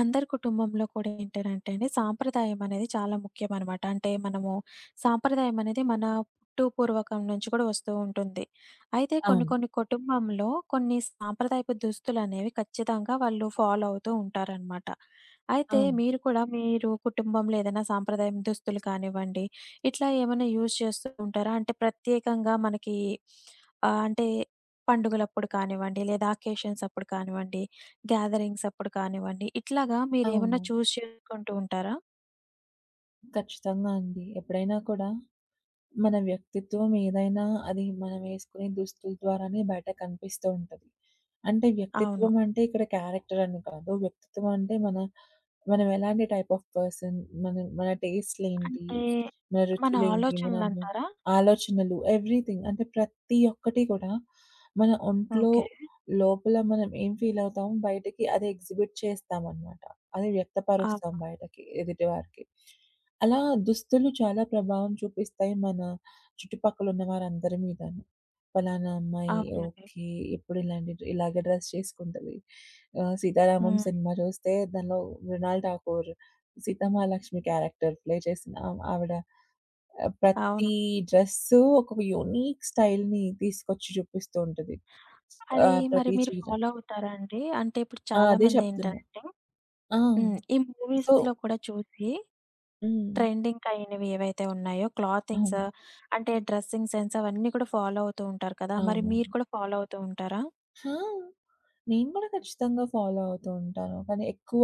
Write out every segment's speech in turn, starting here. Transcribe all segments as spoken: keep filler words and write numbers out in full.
అందరి కుటుంబంలో కూడా ఏంటనంటే అండి, సాంప్రదాయం అనేది చాలా ముఖ్యమనమాట. అంటే మనము సాంప్రదాయం అనేది మన పుట్టు పూర్వకం నుంచి కూడా వస్తూ ఉంటుంది. అయితే కొన్ని అవును. కొన్ని కుటుంబంలో కొన్ని సాంప్రదాయపు దుస్తులనేవి ఖచ్చితంగా వాళ్ళు ఫాలో అవుతూ ఉంటారనమాట. అయితే అవును. మీరు కూడా మీరు కుటుంబంలో ఏదైనా సాంప్రదాయం దుస్తులు కానివ్వండి, ఇట్లా ఏమైనా యూజ్ చేస్తూ ఉంటారా? అంటే ప్రత్యేకంగా మనకి ఆహ్, అంటే పండుగలప్పుడు కానివ్వండి, లేదా అకేషన్స్ అప్పుడు కానివ్వండి, గ్యాదరింగ్స్ అప్పుడు కానివ్వండి. ఇట్లాగా అవును. మీరేమన్నా చూజ్ చేసుకుంటూ ఉంటారా? ఖచ్చితంగా అండి. ఎప్పుడైనా కూడా, మన వ్యక్తిత్వం ఏదైనా అది మనమేసుకునే దుస్తుల ద్వారానే బయట కనిపిస్తూ ఉంటది. అంటే అవును. వ్యక్తిత్వం అంటే ఇక్కడ క్యారెక్టర్ అని కాదు. వ్యక్తిత్వం అంటే మన మనం ఎలాంటి టైప్ ఆఫ్ పర్సన్, మన మన టేస్ట్‌లేంటి, అంటే మన మన రుచులేంటి, మన బి ఆలోచనలంటారా? ఆలోచనలు ఎవ్రీథింగ్ అంటే ప్రతి ఒక్కటి కూడా మన ఒంట్లో ఓకే. లోపల మనం ఏం ఫీల్ అవుతామో బయటకి అది ఎగ్జిబిట్ చేస్తామనమాట. అది వ్యక్తపరుస్తాం అవును. బయటకి ఎదుటివారికి. అలా దుస్తులు చాలా ప్రభావం చూపిస్తాయి మన చుట్టుపక్కల ఉన్న వారందరి మీదను. "ఫలానా అమ్మాయి అవునండి. ఓకే. ఎప్పుడు ఇలాంటి ఇలాగే డ్రెస్ చేసుకుంటది. ఆహ్, 'సీతారామం' హ్మ్. సినిమా చూస్తే దానిలో మృణాల్ ఠాకూర్ సీతమహాలక్ష్మి క్యారెక్టర్ ప్లే చేసిన ఆమ్ ఆవిడ ఆహ్, అవును. ప్రతి డ్రెస్సు ఒక యూనిక్ స్టైల్‌ని తీసుకొచ్చి చూపిస్తూ ఉంటది. అది ఆహ్, మరి ప్రతి మీరు చీర. ఫాలో అవుతారా అండి? అంటే ఇప్పుడు ఆ! అదే చెప్తున్నా. చాలామందేంటంటే ఆ! హ్మ్. ఈ సో మూవీస్‌లో కూడా చూసి హ్మ్. ట్రెండింగ్ అయినవి ఏవైతే ఉన్నాయో క్లాతింగ్స్ అవును. అంటే డ్రెస్సింగ్ సెన్స్ అవన్నీ కూడా ఫాలో అవుతూ ఉంటారు కదా! మరి మీరు అవునవును. కూడా ఫాలో అవుతూ ఉంటారా? ఆ! నేను కూడా ఖచ్చితంగా ఫాలో అవుతూ ఉంటాను. కానీ ఎక్కువ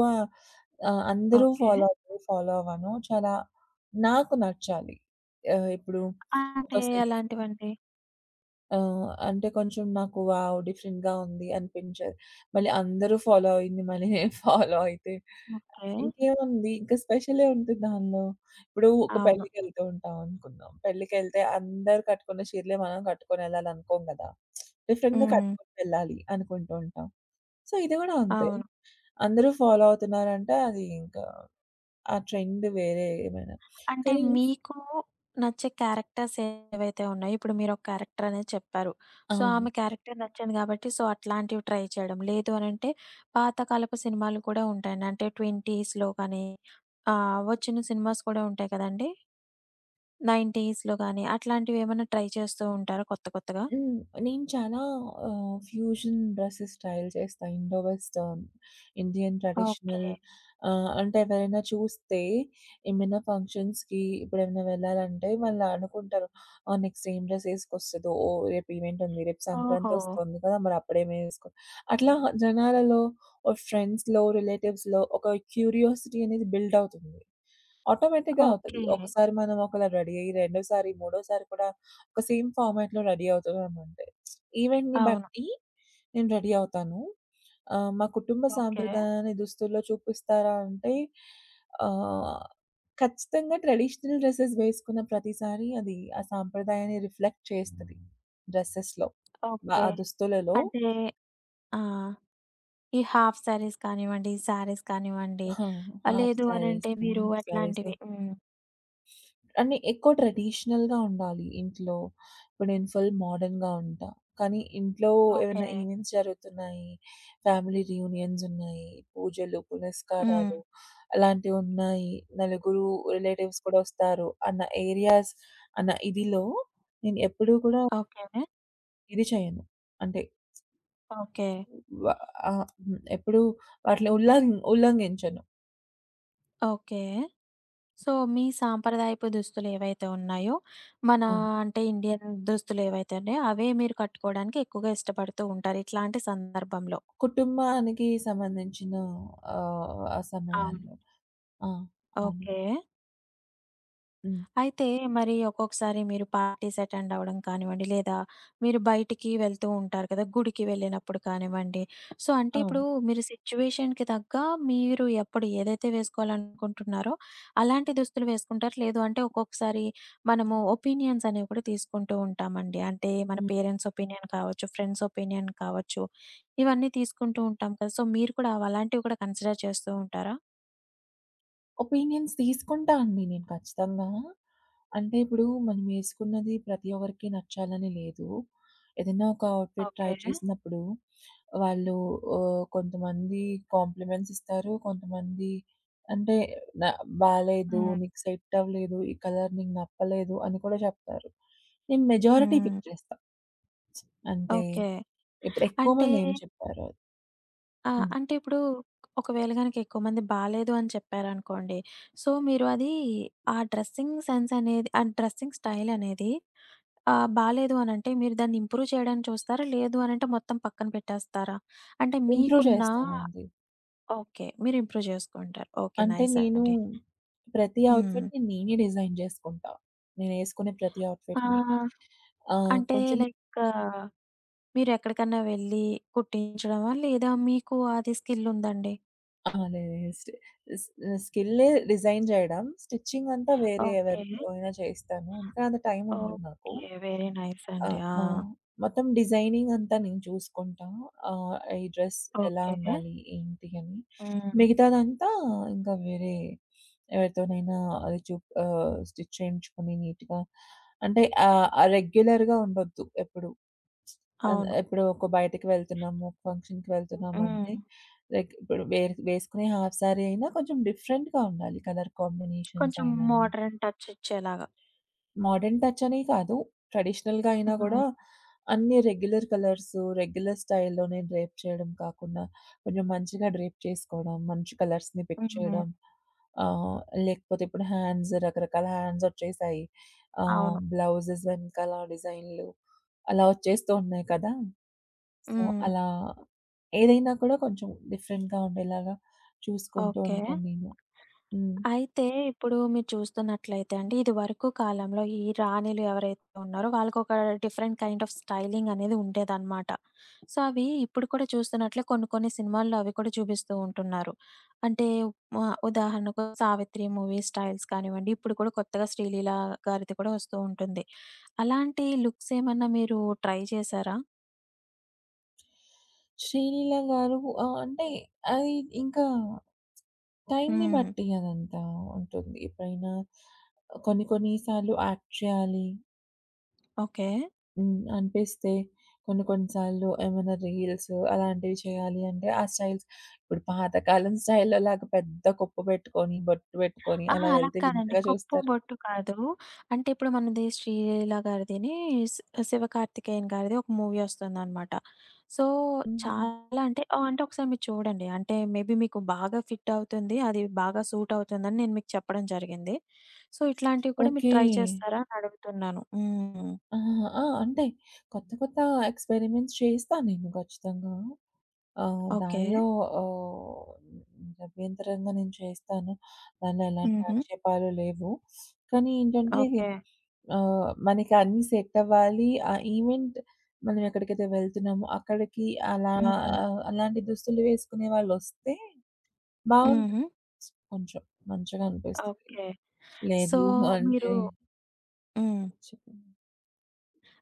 ఆహ్, అందరూ ఓకే. ఫాలో అయ్యేవి ఫాలో అవ్వను. చాలా నాకు నచ్చాలి. ఆహ్, ఇప్పుడు ఒక అంటే సెల ఎలాంటివండి? ఆహ్, అంటే కొంచెం నాకు వావ్! డిఫరెంట్‌గా ఉంది అనిపించాలి. మళ్ళీ అందరూ ఫాలో అయింది మళ్ళీ నేను ఫాలో అయితే ఓకే. ఇంకేముంది? ఇంకా స్పెషలే ఉంటుంది దానిలో. ఇప్పుడు ఒక అవును. పెళ్ళికెళ్తూ ఉంటాం అనుకుందాం. పెళ్ళికెళ్తే అందరూ కట్టుకున్న చీరలే మనం కట్టుకొని ఎళ్ళాలనుకోం గదా! డిఫరెంట్‌గా హ్మ్. కట్టుకొని వెళ్ళాలి అనుకుంటూ ఉంటాం. సో, ఇది గూడా అంతే. అవును. అందరూ ఫాలో అవుతున్నారంటే అది ఇంకా ఆ ట్రెండ్ వేరే ఏమైనా. అంటే కానీ మీకు నచ్చే క్యారెక్టర్స్ ఏవైతే ఉన్నాయో, ఇప్పుడు మీరొక క్యారెక్టర్ అనేది చెప్పారు. సో, అవును. ఆమె క్యారెక్టర్ నచ్చింది కాబట్టి సో, అట్లాంటివి ట్రై చేయడం. లేదు అనంటే పాతకాలపు సినిమాలు కూడా ఉంటాయండి. అంటే ఇరవైలలో కానీ ఆహ్, వచ్చిన సినిమాస్ కూడా ఉంటాయి కదండీ! తొంభైలలో గానీ అట్లాంటివేమన్నా ట్రై చేస్తూ ఉంటారా కొత్త కొత్తగా? హ్మ్. నేను చాలా ఆహ్, ఫ్యూజన్ డ్రెసెస్ స్టైల్ చేస్తా. Indo western, Indian traditional okay. ఆహ్, అంటే ఎవరైనా చూస్తే ఏమైనా ఫంక్షన్స్‌కి ఇప్పుడేమైనా వెళ్ళాలంటే వాళ్ళు అనుకుంటారు. ఆహ్, నెక్స్ట్ ఏం డ్రెస్ ఏసుకొస్తదో? ఓహ్! రేపు ఈవెంట్ ఉంది. రేపు సంక్రాంతి ఓహో! వస్తుంది కదా! మరి అప్పుడేం ఏసుకో అట్లా జనాలలో ఆహ్, ఫ్రెండ్స్‌లో, రిలేటివ్స్‌లో ఒక క్యూరియాసిటీ అనేది బిల్డ్ అవుతుంది. ఆటోమేటిక్‌గా అవుతది. ఓకే. ఒకసారి మనం ఒకలా రెడీ అయ్యి రెండోసారి, మూడోసారి కూడా ఒక సేమ్ ఫార్మాట్‌లో రెడీ అవుతున్నామంటే. ఈవెంట్‌ని అవును. బట్టి నేను రెడీ అవుతాను. ఆహ్, మా కుటుంబ ఓకే. సాంప్రదాయాన్ని దుస్తుల్లో చూపిస్తారా అంటే ఆహ్, ఖచ్చితంగా ట్రెడిషనల్ డ్రెసెస్ వేసుకున్న ప్రతిసారి అది ఆ సాంప్రదాయాన్ని రిఫ్లెక్ట్ చేస్తది డ్రెసెస్‌లో. వ ఓకే. ఆ దుస్తులలో. అంటే ఆ! ఈ హాఫ్ సారీస్ కానివ్వండి, సారీస్ కానివ్వండి. ఆ! ఆహ్, హాఫ్ లేదు సారీస్, అనంటే మీరు హాఫ్ సారీస్. ఎట్లాంటివి హ్మ్. అన్ని ఎక్కువ ట్రెడిషనల్‌గా ఉండాలి ఇంట్లో. ఇప్పుడు నేను ఫుల్ మోడర్న్‌గా ఉంటా. కానీ ఇంట్లో ఓకే. ఏమైనా ఈవెంట్స్ జరుగుతున్నాయి, ఫ్యామిలీ రియూనియన్స్ ఉన్నాయి, పూజలు, హ్మ్. పునస్కారాలు అలాంటివున్నాయి. నలుగురు రిలేటివ్స్ కూడా వస్తారు అన్న ఏరియాస్, అన్న ఇదిలో నేను ఎప్పుడూ కూడా ఓకే. ఇది చేయను. అంటే ఓకే. వ ఆహ్, హ్మ్. ఎప్పుడూ వాటిని ఉల్లంగ్ ఉల్లంఘించను. ఓకే. సో, మీ సాంప్రదాయపు దుస్తులేవైతే ఉన్నాయో, మన అవును. అంటే ఇండియన్ దుస్తులేవైతే ఉన్నాయో, అవే మీరు కట్టుకోవడానికి ఎక్కువగా ఇష్టపడుతూ ఉంటారు ఇట్లాంటి సందర్భంలో. కుటుంబానికి సంబంధించిన ఆహ్, ఆ అవును. సమయాల్లో. ఆ! అవును. ఓకే. హ్మ్. అయితే మరి ఒక్కొక్కసారి మీరు పార్టీస్ అటెండ్ అవ్వడం కానివ్వండి, లేదా మీరు బయటికి వెళ్తూ ఉంటారు కదా! గుడికి వెళ్ళినప్పుడు కానివ్వండి. సో, అంటే అవును. ఇప్పుడు మీరు సిట్యుయేషన్‌కి తగ్గ మీరు ఎప్పుడు ఏదైతే వేసుకోవాలనుకుంటున్నారో, అలాంటి దుస్తులు వేసుకుంటారు. లేదు అంటే ఒక్కొక్కసారి మనము ఒపీనియన్స్ అనేవి కూడా తీసుకుంటూ ఉంటామండి. అంటే మన హ్మ్. పేరెంట్స్ ఒపీనియన్ కావచ్చు, ఫ్రెండ్స్ ఒపీనియన్ కావచ్చు. ఇవన్నీ తీసుకుంటూ ఉంటాం కదా! సో, మీరు కూడా అలాంటివి కూడా కన్సిడర్ చేస్తూ ఉంటారా? ఒపీనియన్స్ తీసుకుంటా అండి నేను ఖచ్చితంగా. అంటే ఇప్పుడు మనమేసుకున్నది ప్రతి ఒక్కరికి నచ్చాలని లేదు. ఏదైనా ఒక అవుట్‌ఫిట్ ట్రై ఓకే. చేసినప్పుడు వాళ్ళు ఆహ్, కొంతమంది కాంప్లిమెంట్స్ ఇస్తారు. కొంతమంది అంటే న బాలేదు, హ్మ్. నీకు సెట్ అవ్వలేదు, ఈ కలర్ నీకు నప్పలేదు అని కూడా చెప్తారు. నేను మెజారిటీ హ్మ్. పిక్ చేస్తా. అంటే ఓకే. ఇప్పుడు ఎక్కువ అంటే మంది ఏం చెప్పారో ఆ! హ్మ్. అంటే ఇప్పుడు ఒకవేళ గనక ఎక్కువ మంది బాలేదు అని చెప్పారనుకోండి. సో, మీరు అది ఆ డ్రెస్సింగ్ సెన్స్ అనేది ఆ డ్రెస్సింగ్ స్టైల్ అనేది ఆహ్, బాలేదు అనంటే మీరు దాన్ని ఇంప్రూవ్ చేయడానికి చూస్తారా? లేదు అనంటే మొత్తం పక్కన పెట్టేస్తారా? అంటే ఇంప్రూవ్ మీకున్న చేస్తానండి. ఓకే. మీరు ఇంప్రూవ్ చేసుకుంటారు. ఓకే. అంటే నైస్ నేను అండి. ప్రతి హ్మ్. అవుట్‌ఫిట్‌ని నేనే డిజైన్ జేసుకుంటా. నేనేసుకునే ప్రతి అవుట్‌ఫిట్‌ని. ఆహ్, ఆహ్, అంటే కొంచెం లైక్ మీరు ఎక్కడికన్నా వెళ్లి కుట్టించడమా? లేదా మీకు అది స్కిల్ ఉందండి? ఆ! లేదు. స్ట్ స్ స్కిల్లే డిజైన్ జేయడం. స్టిచ్చింగ్ అంతా వేరే ఓకే. ఎవరితో అయినా చేయిస్తాను. ఇంకా అంత టైముండదు నాకు. ఓకే. వెరీ నైస్ ఆ! అండి. ఆ! ఆ! మొత్తం డిజైనింగ్ అంతా నేను చూసుకుంటా. ఆహ్, ఈ డ్రెస్ ఎలా ఓకే. ఉండాలి? ఏంటి? అని. హ్మ్. మిగతాదంతా ఇంకా వేరే ఎవరితోనైనా అది చు ఆహ్, స్టిచ్ చేయించుకొని నీట్‌గా అంటే ఆహ్, ఆహ్, రెగ్యులర్‌గా ఉండొద్దు ఎప్పుడు. అన్ అవును. ఇప్పుడు ఒక బయటకి వెళ్తున్నాము, ఒక ఫంక్షన్‌కి వెళ్తున్నాము అంటే హ్మ్. లైక్ ఇప్పుడు వేర్ వేసుకునే హాఫ్ సారీ అయినా కొంచెం డిఫరెంట్‌గా ఉండాలి. కలర్ కాంబినేషన్స్ కొంచెం అయినను. మోడర్న్ టచ్ ఇచ్చేలాగా. మోడర్న్ టచ్ అనే కాదు. ట్రెడిషనల్‌గా అయినా గూడా హ్మ్. అన్ని రెగ్యులర్ కలర్సు, రెగ్యులర్ స్టైల్‌లోనే డ్రేప్ చేయడం కాకుండా, కొంచెం మంచిగా డ్రేప్ చేసుకోవడం, మంచి కలర్స్‌ని పిక్ హ్మ్. హ్మ్. చేయడం. ఆహ్, లేకపోతే ఇప్పుడు హ్యాండ్స్ రకరకాల హ్యాండ్స్ ఒచ్చేసాయి. ఆహ్, అవును. బ్లౌజెస్ వెనకాల డిజైన్‌లు అలా ఒచ్చేస్తూ ఉన్నాయి కదా! సో, హ్మ్. అలా ఏదైనా కూడా కొంచెం డిఫరెంట్‌గా ఉండేలాగా చూసుకుంటూ ఓకే. ఉంటాను నేను. హ్మ్. అయితే ఇప్పుడు మీరు చూస్తున్నట్లయితే అండి, ఇదివరకు కాలంలో ఈ రాణిలు ఎవరైతే ఉన్నారో వాళ్ళకొక డిఫరెంట్ కైండ్ ఆఫ్ స్టైలింగ్ అనేది ఉండేదనమాట. సో, అవి ఇప్పుడు కూడా చూస్తున్నట్లే కొన్ని కొన్ని సినిమాల్లో అవి కూడా చూపిస్తూ ఉంటున్నారు. అంటే ఆహ్, ఉదాహరణకు 'సావిత్రి' మూవీ స్టైల్స్ కానివ్వండి, ఇప్పుడు కూడా కొత్తగా 'శ్రీలీల' గారిది కూడా వస్తూ ఉంటుంది. అలాంటి లుక్స్ ఏమన్నా మీరు ట్రై చేశారా? శ్రీలీల గారు ఆహ్, అంటే అది ఇంకా టైంని హ్మ్. బట్టి అదంతా ఉంటుంది. ఎప్పుడైనా కొన్ని కొన్ని సార్లు యాక్ట్ చేయాలి ఓకే. హ్మ్. అనిపిస్తే కొన్ని కొన్ని సార్లు ఏమైనా రీల్స్ అలాంటివి చేయాలి అంటే ఆ స్టైల్స్ ఇప్పుడు పాతకాలం స్టైల్‌లో లాగా పెద్ద కుప్పు పెట్టుకొని, బొట్టు పెట్టుకొని అహా! అలా అలా వెళ్తే కాదండి. వింతగా కొప్పు, చూస్తారు. బొట్టు కాదు. అంటే ఇప్పుడు మనది శ్రీలీల గారిదిని స్ శివకార్తికేయన్ గారిది ఒక మూవీ వస్తుందనమాట. సో, హుహు. చాలా అంటే ఆహ్, అంటే ఒకసారి మీరు చూడండి. అంటే మేబీ మీకు బాగా ఫిట్ అవుతుంది. అది బాగా సూట్ అవుతుందని నేను మీకు చెప్పడం జరిగింది. సో, ఇట్లాంటివి కూడా మీరు ఓకే. ట్రై చేస్తారా అని అడుగుతున్నాను. హ్మ్. ఆహా! ఆ! అంటే కొత్త కొత్త ఎక్స్‌పెరిమెంట్స్ చేస్తా నేను ఖచ్చితంగా. ఆహ్, ఓకే. దానిలో ఆహ్, అభ్యంతరంగా నేను చేస్తాను. దానిలో ఎలాంటి హుహు. ఆక్షేపాలు లేవు. కానీ ఏంటంటే ఓకే. ఆహ్, మనకి అన్నీ సెట్ అవ్వాలి. ఆ ఈవెంట్ మనం ఎక్కడికైతే వెళ్తున్నామో అక్కడికి అలా హ్మ్. ఆహ్, అలాంటి దుస్తులు వేసుకునే వాళ్ళొస్తే బావుంటది హుహు. కొంచెం మంచిగా అనిపిస్తది. ఓకే. సో, లేదు అంటే మీరు హ్మ్. చెప్పండి.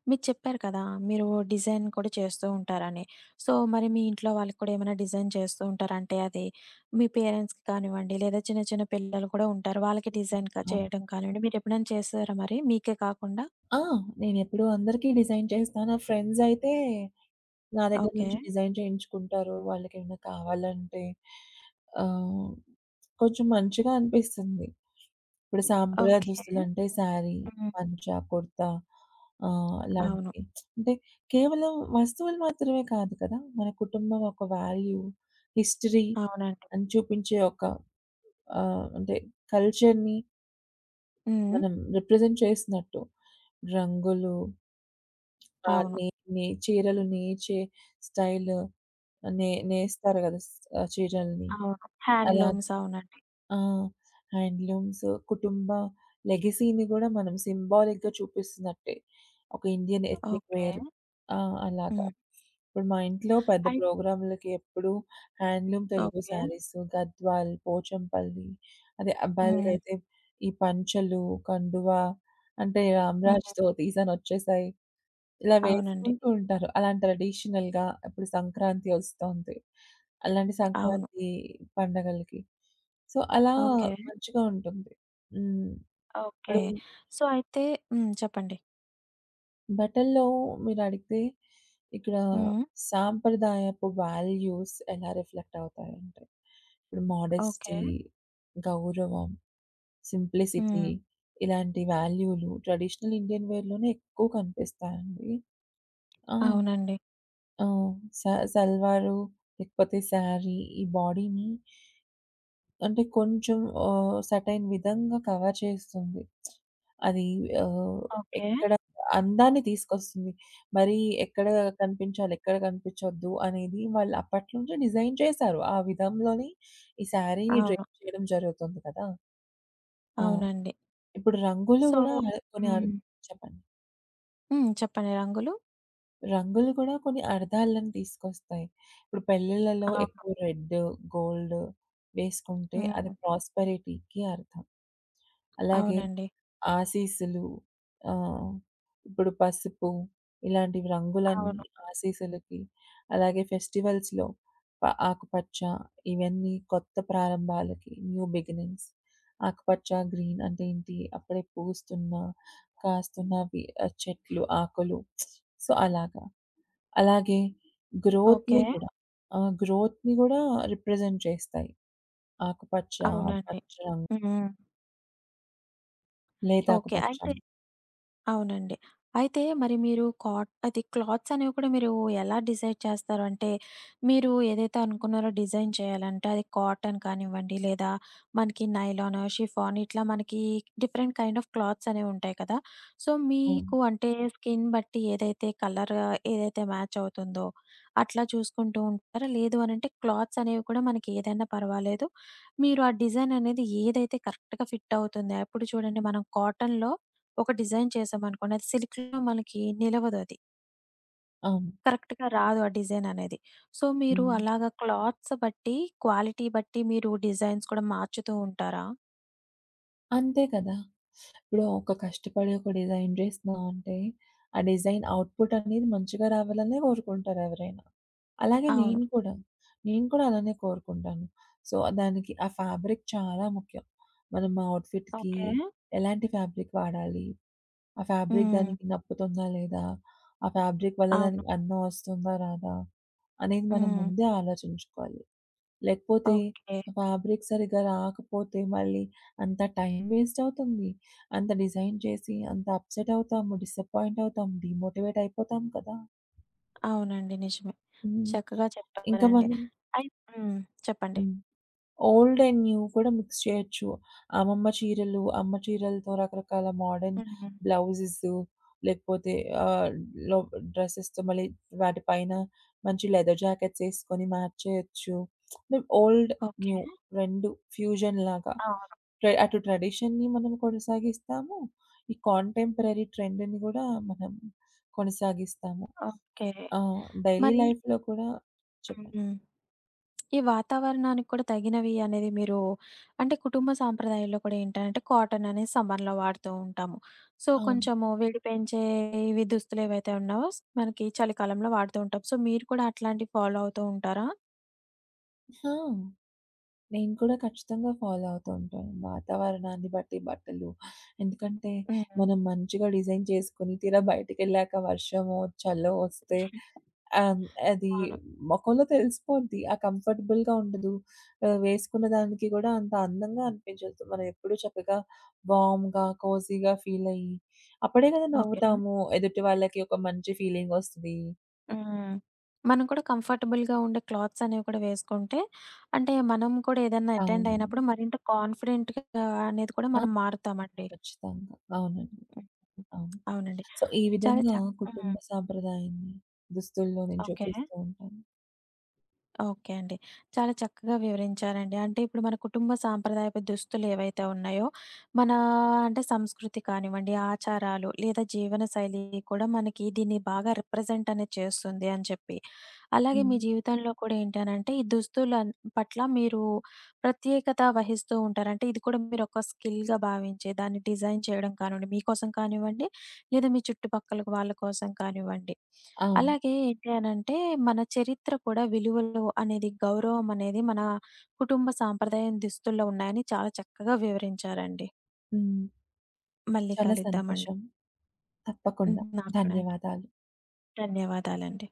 మీరు చెప్పారు కదా! మీరు డిజైన్ కూడా చేస్తూ ఉంటారని. సో, మరి మీ ఇంట్లో వాళ్ళకి కూడా ఏమైనా డిజైన్ చేస్తూ ఉంటారా? అంటే అది మీ పేరెంట్స్‌కి కానివ్వండి, లేదా చిన్న చిన్న పిల్లలు కూడా ఉంటారు. వాళ్ళకి డిజైన్ క ఆ! చేయడం కానివ్వండి, మీరెప్పుడైనా చేసారా మరి మీకే కాకుండా? ఆ! నేనెప్పుడూ అందరికీ డిజైన్ చేస్తా. నా ఫ్రెండ్స్ అయితే నా దగ్గర ఓకే. నుంచి డిజైన్ చేయించుకుంటారు. వాళ్ళకేమైనా కావాలంటే ఆహ్, కొంచెం మంచిగా అనిపిస్తుంది. ఇప్పుడు సాంప్రదాయ ఓకే. దుస్తులంటే శారీ, హ్మ్. పంచ, కుర్తా ఆహ్, అవును. లాంటివి. అంటే కేవలం వస్తువులు మాత్రమే కాదు కదా! మన కుటుంబం ఒక వాల్యూ, హిస్టరీ అవునండి. అని చూపించే ఒక ఆహ్, అంటే కల్చర్‌ని హ్మ్. మనం రిప్రజెంట్ చేసినట్టు రంగులు ఆ! అవును. నే నే చీరలు నేచే స్టైలు నే నేస్తారు గదా! స్ ఆహ్, చీరల్ని. అవును. అవును. అలాగ హ్యాండ్లూమ్స్ అవునండి. ఆ! హ్యాండ్లూమ్స్, కుటుంబ లెగసీని గూడా మనం సింబాలిక్‌గా చూపిస్తున్నట్టే. ఒక ఇండియన్ ఎథ్నిక్ ఓకే. వేర్. ఆ! అలాగా. హ్మ్. ఇప్పుడు మా ఇంట్లో పెద్ద అయి ప్రోగ్రామ్‌లకి ఎప్పుడు handloom Telugu okay. Saris, Gadwal, Pochampally, అదే హ్మ్. అబ్బాయిలకైతే ఈ పంచలు, కండువా అంటే హ్మ్. 'రామరాజుతో' తీసానొచ్చేసాయి. ఇలా అవునండి. వేసుకుంటూ ఉంటారు. అలాంటి ట్రెడిషనల్‌గా ఇప్పుడు సంక్రాంతి ఒస్తోంది. అలాంటి అవును. సంక్రాంతి పండగలకి. సో, అలా ఓకే. మంచిగా ఉంటుంది. హ్మ్. ఓకే. ఇప్పుడు సో, అయితే హ్మ్. చెప్పండి. బట్టల్లో మీరడిగితే ఇక్కడ హ్మ్. సాంప్రదాయపు వాల్యూస్ ఎలా రిఫ్లెక్ట్ అవుతాయంటే, ఇప్పుడు ఓకే. మోడెస్టీ, గౌరవం, సింప్లిసిటీ హ్మ్. ఇలాంటి వాల్యూలు ట్రెడిషనల్ ఇండియన్ వేర్‌లోనే ఎక్కువ కనిపిస్తాయండి. ఆ! అవునండి. ఆ! స సల్వారు లేకపోతే శారీ ఈ బాడీని అంటే కొంచెం ఆహ్, సర్టైన్ విధంగా కవర్ చేస్తుంది. అది ఆహ్, ఓకే. ఎక్కడ అందాన్ని తీసుకొస్తుంది. మరి ఎక్కడ కనిపించాలి, ఎక్కడ కనిపించొద్దు అనేది వాళ్ళు అప్పటి నుంచే డిజైన్ చేశారు. ఆ విధంలోనే ఈ శారీని అవును. డ్రెస్ చేయడం జరుగుతుంది కదా! ఆ! అవునండి. ఇప్పుడు రంగులు సో గూడా అదే కొన్ని అర్ హ్మ్. చెప్పండి. హ్మ్. చెప్పండి రంగులు. రంగులు కూడా కొన్ని అర్థాలను తీసుకొస్తాయి. ఇప్పుడు పెళ్ళిళ్ళలో అవును. ఎక్కువ రెడ్, గోల్డ్ వేసుకుంటే అది హ్మ్. ప్రాస్పెరిటీకి అర్థం. అలాగే అవునండి. ఆశీస్సులు ఆహ్, ఇప్పుడు పసుపు ఇలాంటివి రంగులన్నీ అవును. ఆశీస్సులకి, అలాగే ఫెస్టివల్స్‌లో ప ఆకుపచ్చ ఇవన్నీ కొత్త ప్రారంభాలకి న్యూ బిగినింగ్స్. ఆకుపచ్చ, గ్రీన్ అంటే ఏంటి? అప్పుడే పూస్తున్న, కాస్తున్నవి ఆహ్, చెట్లు, ఆకులు. సో, అలాగా. అలాగే ఓకే. గ్రోత్‌ని గూడా ఆహ్, గ్రోత్‌ని గూడా రిప్రజెంట్ చేస్తాయి. ఆకుపచ్చ, అవునండి. పచ్చ రంగు, హ్మ్. ఓకే. లేతాకుపచ్చ. అయితే అవునండి. అయితే మరి మీరు కాట్ అది క్లాత్స్ అనేవి కూడా మీరు ఎలా డిసైడ్ చేస్తారు? అంటే మీరు ఏదైతే అనుకున్నారో డిజైన్ చేయాలంటే అది కాటన్ కానివ్వండి, లేదా మనకి నైలాను, షిఫాన్ ఇట్లా మనకి డిఫరెంట్ కైండ్ ఆఫ్ క్లాత్స్ అనేవి ఉంటాయి కదా! సో, హ్మ్. మీకు అంటే స్కిన్ బట్టి ఏదైతే కలర్ ఏదైతే మ్యాచ్ అవుతుందో అట్లా చూసుకుంటూ ఉంటారా? లేదు అనంటే క్లాత్స్ అనేవి కూడా మనకి ఏదైనా పర్వాలేదు. మీరు ఆ డిజైన్ అనేది ఏదైతే కరెక్ట్‌గా ఫిట్ అవుతుంది. ఇప్పుడు చూడండి మనం కాటన్‌లో ఒక డిజైన్ చేసామనుకోండి, అది సిల్క్‌లో మనకి నిలవదది. అవును. కరెక్ట్‌గా రాదు ఆ డిజైన్ అనేది. సో, మీరు హ్మ్. అలాగా క్లాత్స్ బట్టి, క్వాలిటీ బట్టి మీరు డిజైన్స్ కూడా మార్చుతూ ఉంటారా? అంతే కదా! ఇప్పుడు ఒక కష్టపడి ఒక డిజైన్ జేస్తున్నామంటే, ఆ డిజైన్ అవుట్‌పుట్ అనేది మంచిగా రావాలనే కోరుకుంటారు ఎవరైనా. అలాగే అవును. నేను కూడా. నేను కూడా అలానే కోరుకుంటాను. సో, దానికి ఆ ఫ్యాబ్రిక్ చాలా ముఖ్యం. మనం ఆ అవుట్‌ఫిట్‌కి ఓకే. ఎలాంటి ఫ్యాబ్రిక్ వాడాలి? ఆ ఫ్యాబ్రిక్ హ్మ్. దానికి నప్పుతుందా లేదా? ఆ ఫ్యాబ్రిక్ వల్ల అవును. దానికి అన్నం వస్తుందా రాదా? అనేది మనం హ్మ్. ముందే ఆలోచించుకోవాలి. లేకపోతే ఓకే. ఫ్యాబ్రిక్ సరిగ్గా రాకపోతే మళ్ళీ అంత టైం వేస్ట్ అవుతుంది. అంత డిజైన్ చేసి అంత అప్‌సెట్ అవుతాము. డిసప్పాయింట్ అవుతాం. డీమోటివేట్ అయిపోతాం కదా! అవునండి. నిజమే. హ్మ్. చక్కగా ఇంకా చెప్పారండి. మనం అయి హ్మ్. చెప్పండి. హ్మ్. ఓల్డ్ అండ్ న్యూ కూడా మిక్స్ చేయొచ్చు. అమ్మమ్మ చీరలు, అమ్మ చీరలతో రకరకాల మోడర్న్ హ్మ్. బ్లౌజెసు లేకపోతే ఆహ్, లో డ్రెసెస్‌తో మళ్ళీ వాటి పైన మంచి లెదర్ జాకెట్స్ ఏసుకొని మ్యాచ్ చేయొచ్చు. మేము old, okay. New too fusion లాగా అవును. ట్రె అటు ట్రెడిషన్‌ని మనం కొనసాగిస్తాము. ఈ కాంటెంపరరీ ట్రెండ్‌ని గూడా మనం కొనసాగిస్తాము. ఓకే. ఆ! డైలీ మరి లైఫ్‌లో కూడా చెప్పండి. హ్మ్. ఈ వాతావరణానికి కూడా తగినవి అనేది మీరు అంటే కుటుంబ సాంప్రదాయాల్లో కూడా ఏంటంటే కాటన్ అనేది సమ్మర్‌లో వాడుతూ ఉంటాము. సో, అవును. కొంచెము వేడి పెంచే ఇవి దుస్తులు ఏవైతే ఉన్నావో స్ మనకి చలికాలంలో వాడుతూ ఉంటాం. సో, మీరు కూడా అట్లాంటివి ఫాలో అవుతూ ఉంటారా? ఆ! నేను కూడా ఖచ్చితంగా ఫాలో అవుతూ ఉంటాను. వాతావరణాన్ని బట్టి బట్టలు. ఎందుకంటే, హ్మ్. మనం మంచిగా డిజైన్ చేసుకొని తీరా బయటికెళ్ళాక వర్షమో, చలో వస్తే ఆహ్, అది అవును. మొఖంలో తెలిసిపోద్ది. ఆ కంఫర్టబుల్‌గా ఉండదు. ఆహ్, వేసుకున్న దానికి కూడా అంత అందంగా అనిపించదు. మనం ఎప్పుడూ చక్కగా వార్మ్‌గా, కోజీగా ఫీల్ అయ్యి, అప్పుడే కదా ఓకే. నవ్వుతాము. ఎదుటి వాళ్ళకి ఒక మంచి ఫీలింగ్ వస్తది. హ్మ్. మనం కూడా కంఫర్టబుల్‌గా ఉండే క్లాత్స్ అనేవి కూడా వేసుకుంటే, అంటే మనం కూడా ఏదన్నా అటెండ్ అయినప్పుడు అవునండి. మరింత కాన్ఫిడెంట్‌గా అనేది కూడా ఆ! మనం మారుతామండి. ఖచ్చితంగా. అవునండి. హ్మ్. అవును. అవునండి. సో, ఈ చాలా విధంగా చక్ కుటుంబ హ్మ్. సాంప్రదాయాన్ని దుస్తుల్లో నేను ఓకే. చూపిస్తూ ఉంటాను. ఓకే అండి. చాలా చక్కగా వివరించారండి. అంటే ఇప్పుడు మన కుటుంబ సాంప్రదాయపు దుస్తులు ఏవైతే ఉన్నాయో, మన అంటే సంస్కృతి కానివ్వండి, ఆచారాలు లేదా జీవనశైలి కూడా మనకి దీన్ని బాగా రిప్రజెంట్ అనేది చేస్తుంది అని చెప్పి అలాగే మీ హ్మ్. జీవితంలో కూడా ఏంటనంటే, ఈ దుస్తుల పట్ల మీరు ప్రత్యేకత వహిస్తూ ఉంటారు. అంటే ఇది కూడా మీరు ఒక స్కిల్‌గా భావించి దాన్ని డిజైన్ చేయడం కానివ్వండి, మీకోసం కానివ్వండి, లేదా మీ చుట్టుపక్కల వాళ్ళ కోసం కానివ్వండి. అవును. అలాగే ఏంటి అనంటే, మన చరిత్ర కూడా విలువలు అనేది, గౌరవం అనేది మన కుటుంబ సాంప్రదాయం దుస్తుల్లో ఉన్నాయని చాలా చక్కగా వివరించారండి. హ్మ్. మళ్ళీ చాలా కలుద్దామండి. సంతోషం. తప్పకుండా. నాకు కూడా అండి. ధన్యవాదాలు. ధన్యవాదాలండి.